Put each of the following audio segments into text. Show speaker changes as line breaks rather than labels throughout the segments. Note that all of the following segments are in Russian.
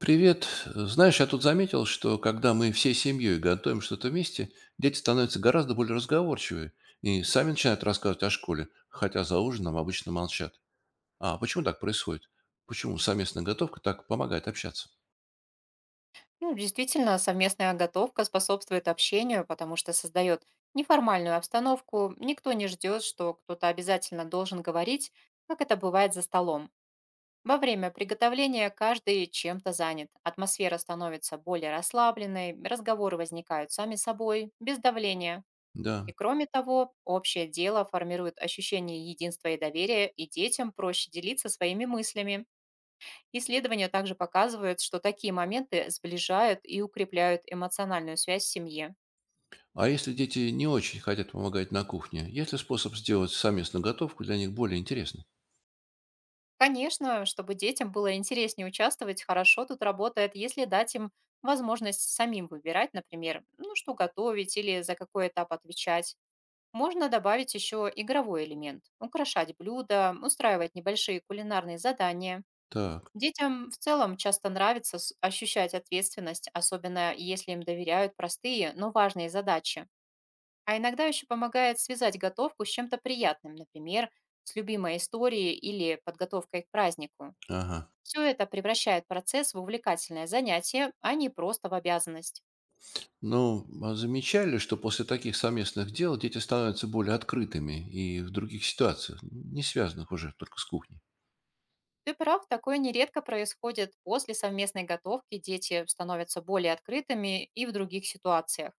Привет. Знаешь, я тут заметил, что когда мы всей семьей готовим что-то вместе, дети становятся гораздо более разговорчивые и сами начинают рассказывать о школе, хотя за ужином обычно молчат. А почему так происходит? Почему совместная готовка так помогает общаться?
Ну, действительно, совместная готовка способствует общению, потому что создает неформальную обстановку. Никто не ждет, что кто-то обязательно должен говорить, как это бывает за столом. Во время приготовления каждый чем-то занят. Атмосфера становится более расслабленной, разговоры возникают сами собой, без давления. И
Да.
кроме того, общее дело формирует ощущение единства и доверия, и детям проще делиться своими мыслями. Исследования также показывают, что такие моменты сближают и укрепляют эмоциональную связь в семье.
А если дети не очень хотят помогать на кухне, есть ли способ сделать совместную готовку для них более интересной?
Конечно, чтобы детям было интереснее участвовать, хорошо тут работает, если дать им возможность самим выбирать, например, ну что готовить или за какой этап отвечать. Можно добавить еще игровой элемент, украшать блюда, устраивать небольшие кулинарные задания.
Так,
Детям в целом часто нравится ощущать ответственность, особенно если им доверяют простые, но важные задачи. А иногда еще помогает связать готовку с чем-то приятным, например, с любимой историей или подготовкой к празднику.
ага.
Все это превращает процесс в увлекательное занятие, а не просто в обязанность.
Ну, а замечали, что после таких совместных дел дети становятся более открытыми и в других ситуациях, не связанных уже только с кухней?
Ты прав, такое нередко происходит. После совместной готовки дети становятся более открытыми и в других ситуациях.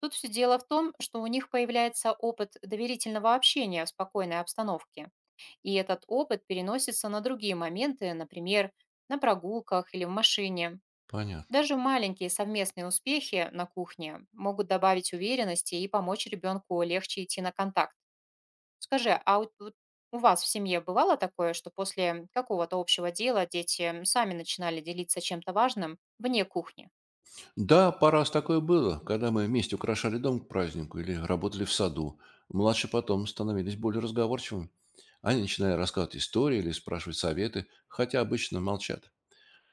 Тут все дело в том, что у них появляется опыт доверительного общения в спокойной обстановке. И этот опыт переносится на другие моменты, например, на прогулках или в машине.
Понятно.
Даже маленькие совместные успехи на кухне могут добавить уверенности и помочь ребенку легче идти на контакт. Скажи, а вот у вас в семье бывало такое, что после какого-то общего дела дети сами начинали делиться чем-то важным вне кухни?
Да, пару раз такое было, когда мы вместе украшали дом к празднику или работали в саду. Младшие потом становились более разговорчивыми. Они начинали рассказывать истории или спрашивать советы, хотя обычно молчат.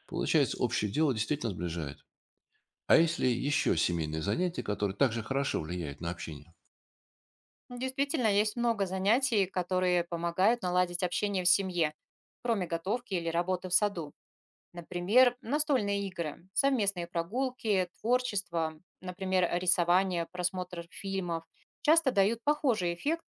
Получается, общее дело действительно сближает. А если еще семейные занятия, которые также хорошо влияют на общение?
Действительно, есть много занятий, которые помогают наладить общение в семье, кроме готовки или работы в саду. Например, настольные игры, совместные прогулки, творчество, например, рисование, просмотр фильмов, часто дают похожий эффект.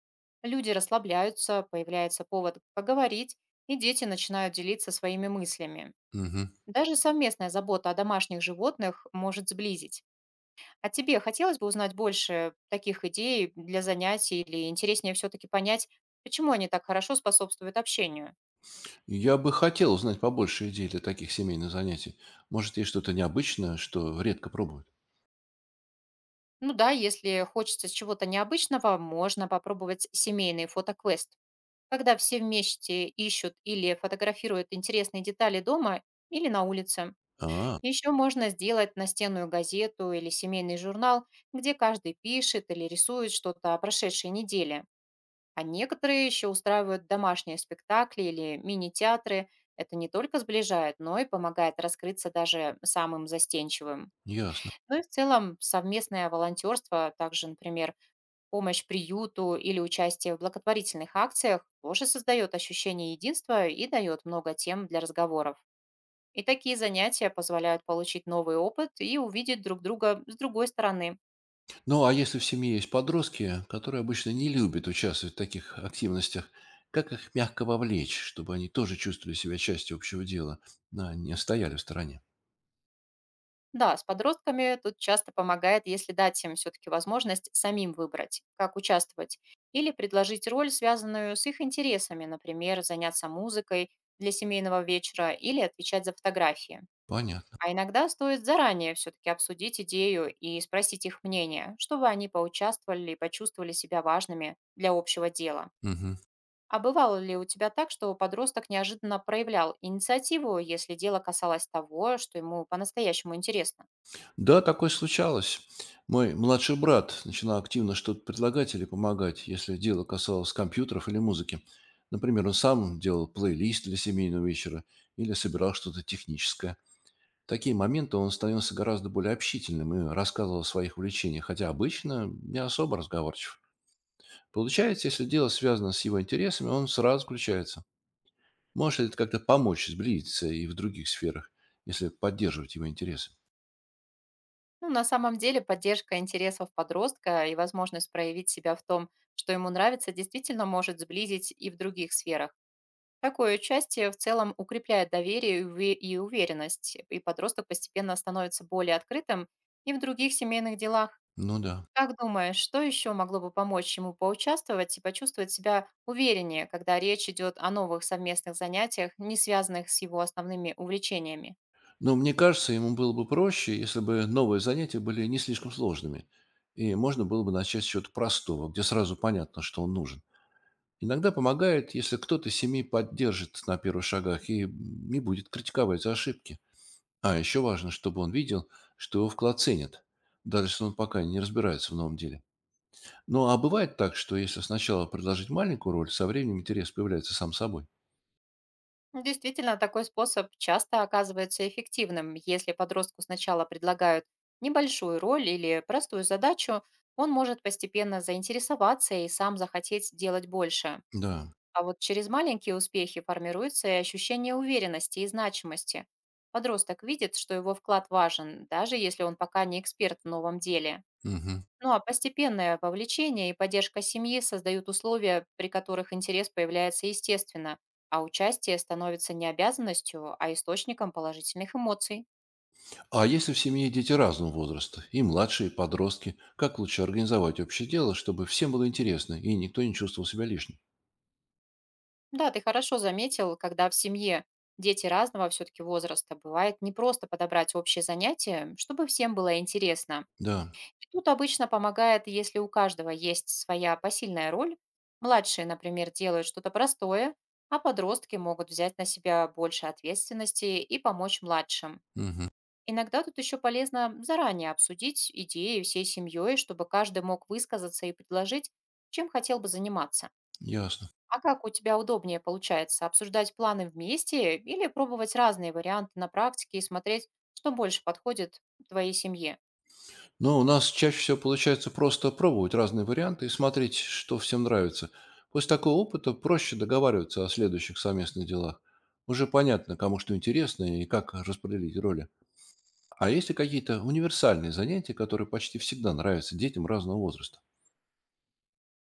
Люди расслабляются, появляется повод поговорить, и дети начинают делиться своими мыслями.
Мгм.
Даже совместная забота о домашних животных может сблизить. А тебе хотелось бы узнать больше таких идей для занятий или интереснее все-таки понять, почему они так хорошо способствуют общению?
Я бы хотел узнать побольше идей для таких семейных занятий. Может, есть что-то необычное, что редко пробуют?
Ну да, если хочется чего-то необычного, можно попробовать семейный фотоквест, когда все вместе ищут или фотографируют интересные детали дома или на улице.
А,
Еще можно сделать настенную газету или семейный журнал, где каждый пишет или рисует что-то о прошедшей неделе. А некоторые еще устраивают домашние спектакли или мини-театры. Это не только сближает, но и помогает раскрыться даже самым застенчивым.
ясно.
Ну и в целом совместное волонтерство, также, например, помощь приюту или участие в благотворительных акциях тоже создает ощущение единства и дает много тем для разговоров. И такие занятия позволяют получить новый опыт и увидеть друг друга с другой стороны.
Ну, а если в семье есть подростки, которые обычно не любят участвовать в таких активностях, как их мягко вовлечь, чтобы они тоже чувствовали себя частью общего дела, а не стояли в стороне?
Да, с подростками тут часто помогает, если дать им все-таки возможность самим выбрать, как участвовать, или предложить роль, связанную с их интересами, например, заняться музыкой для семейного вечера или отвечать за фотографии.
Понятно.
А иногда стоит заранее все-таки обсудить идею и спросить их мнение, чтобы они поучаствовали и почувствовали себя важными для общего дела.
Мгм.
А бывало ли у тебя так, что подросток неожиданно проявлял инициативу, если дело касалось того, что ему по-настоящему интересно?
Да, такое случалось. Мой младший брат начинал активно что-то предлагать или помогать, если дело касалось компьютеров или музыки. Например, он сам делал плейлист для семейного вечера или собирал что-то техническое. В такие моменты он становился гораздо более общительным и рассказывал о своих увлечениях, хотя обычно не особо разговорчив. Получается, если дело связано с его интересами, он сразу включается. Может ли это как-то помочь сблизиться и в других сферах, если поддерживать его интересы?
Ну, на самом деле, поддержка интересов подростка и возможность проявить себя в том, что ему нравится, действительно может сблизить и в других сферах. Такое участие в целом укрепляет доверие и уверенность, и подросток постепенно становится более открытым и в других семейных делах.
Ну да.
Как думаешь, что еще могло бы помочь ему поучаствовать и почувствовать себя увереннее, когда речь идет о новых совместных занятиях, не связанных с его основными увлечениями?
Но мне кажется, ему было бы проще, если бы новые занятия были не слишком сложными, и можно было бы начать с чего-то простого, где сразу понятно, что он нужен. Иногда помогает, если кто-то из семьи поддержит на первых шагах и не будет критиковать за ошибки. А еще важно, чтобы он видел, что его вклад ценят, даже если он пока не разбирается в новом деле. Ну а бывает так, что если сначала предложить маленькую роль, со временем интерес появляется сам собой.
Действительно, такой способ часто оказывается эффективным. Если подростку сначала предлагают небольшую роль или простую задачу, он может постепенно заинтересоваться и сам захотеть делать больше.
Да.
А вот через маленькие успехи формируется и ощущение уверенности и значимости. Подросток видит, что его вклад важен, даже если он пока не эксперт в новом деле.
Мгм.
Ну а постепенное вовлечение и поддержка семьи создают условия, при которых интерес появляется естественно, а участие становится не обязанностью, а источником положительных эмоций.
А если в семье дети разного возраста, и младшие, и подростки, как лучше организовать общее дело, чтобы всем было интересно и никто не чувствовал себя лишним?
Да, ты хорошо заметил, когда в семье дети разного все-таки возраста, бывает не просто подобрать общее занятие, чтобы всем было интересно.
Да,
И тут обычно помогает, если у каждого есть своя посильная роль. Младшие, например, делают что-то простое, а подростки могут взять на себя больше ответственности и помочь младшим.
мгм,
Иногда тут еще полезно заранее обсудить идеи всей семьей, чтобы каждый мог высказаться и предложить, чем хотел бы заниматься.
ясно.
А как у тебя удобнее получается обсуждать планы вместе или пробовать разные варианты на практике и смотреть, что больше подходит твоей семье?
Но у нас чаще всего получается просто пробовать разные варианты и смотреть, что всем нравится. После такого опыта проще договариваться о следующих совместных делах. Уже понятно, кому что интересно и как распределить роли. А есть ли какие-то универсальные занятия, которые почти всегда нравятся детям разного возраста?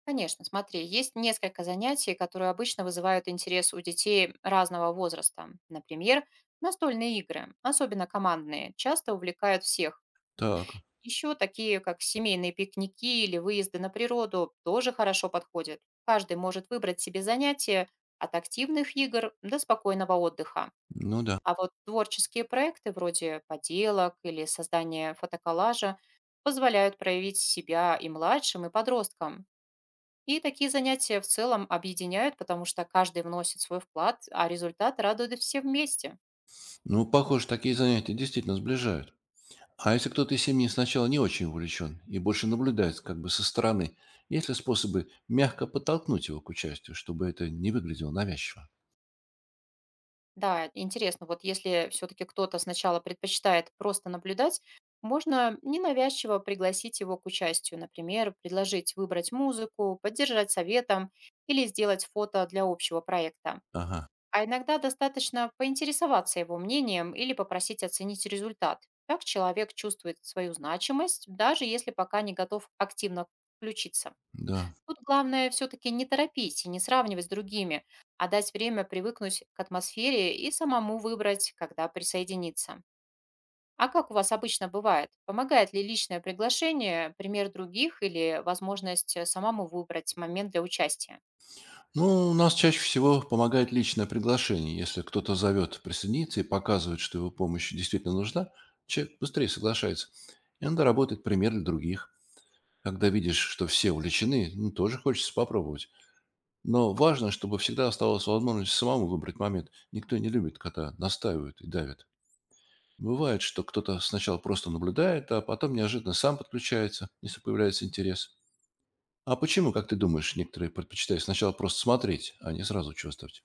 Конечно, смотри, есть несколько занятий, которые обычно вызывают интерес у детей разного возраста. Например, настольные игры, особенно командные, часто увлекают всех.
Так,
Еще такие, как семейные пикники или выезды на природу, тоже хорошо подходят. Каждый может выбрать себе занятие от активных игр до спокойного отдыха.
ну да.
А вот творческие проекты вроде поделок или создания фотоколлажа позволяют проявить себя и младшим, и подросткам. И такие занятия в целом объединяют, потому что каждый вносит свой вклад, а результат радует все вместе.
Ну, похоже, такие занятия действительно сближают. А если кто-то из семьи сначала не очень увлечен и больше наблюдает как бы со стороны, есть ли способы мягко подтолкнуть его к участию, чтобы это не выглядело навязчиво?
Да, интересно, вот если все-таки кто-то сначала предпочитает просто наблюдать, можно ненавязчиво пригласить его к участию, например, предложить выбрать музыку, поддержать советом или сделать фото для общего проекта.
Ага,
А иногда достаточно поинтересоваться его мнением или попросить оценить результат. Так человек чувствует свою значимость, даже если пока не готов активно включиться.
да.
Тут главное все-таки не торопить и не сравнивать с другими, а дать время привыкнуть к атмосфере и самому выбрать, когда присоединиться. А как у вас обычно бывает? Помогает ли личное приглашение, пример других или возможность самому выбрать момент для участия?
Ну, у нас чаще всего помогает личное приглашение. Если кто-то зовет присоединиться и показывает, что его помощь действительно нужна, человек быстрее соглашается. И надо работать пример для других. Когда видишь, что все увлечены, ну, тоже хочется попробовать. Но важно, чтобы всегда оставалась возможность самому выбрать момент. Никто не любит, когда настаивают и давят. Бывает, что кто-то сначала просто наблюдает, а потом неожиданно сам подключается, если появляется интерес. А почему, как ты думаешь, некоторые предпочитают сначала просто смотреть, а не сразу чувствовать?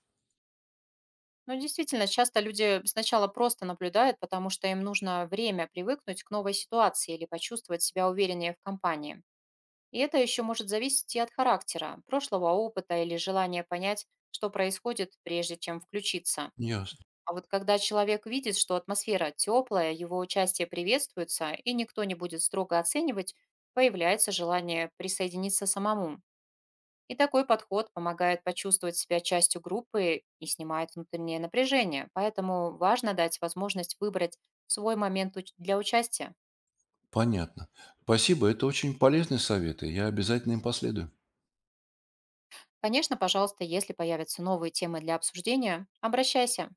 Ну, действительно, часто люди сначала просто наблюдают, потому что им нужно время привыкнуть к новой ситуации или почувствовать себя увереннее в компании. И это еще может зависеть и от характера, прошлого опыта или желания понять, что происходит, прежде чем включиться.
Ясно.
А вот когда человек видит, что атмосфера теплая, его участие приветствуется и никто не будет строго оценивать, появляется желание присоединиться самому. И такой подход помогает почувствовать себя частью группы и снимает внутреннее напряжение. Поэтому важно дать возможность выбрать свой момент для участия.
Понятно. Спасибо, это очень полезные советы. Я обязательно им последую.
Конечно, пожалуйста, если появятся новые темы для обсуждения, обращайся.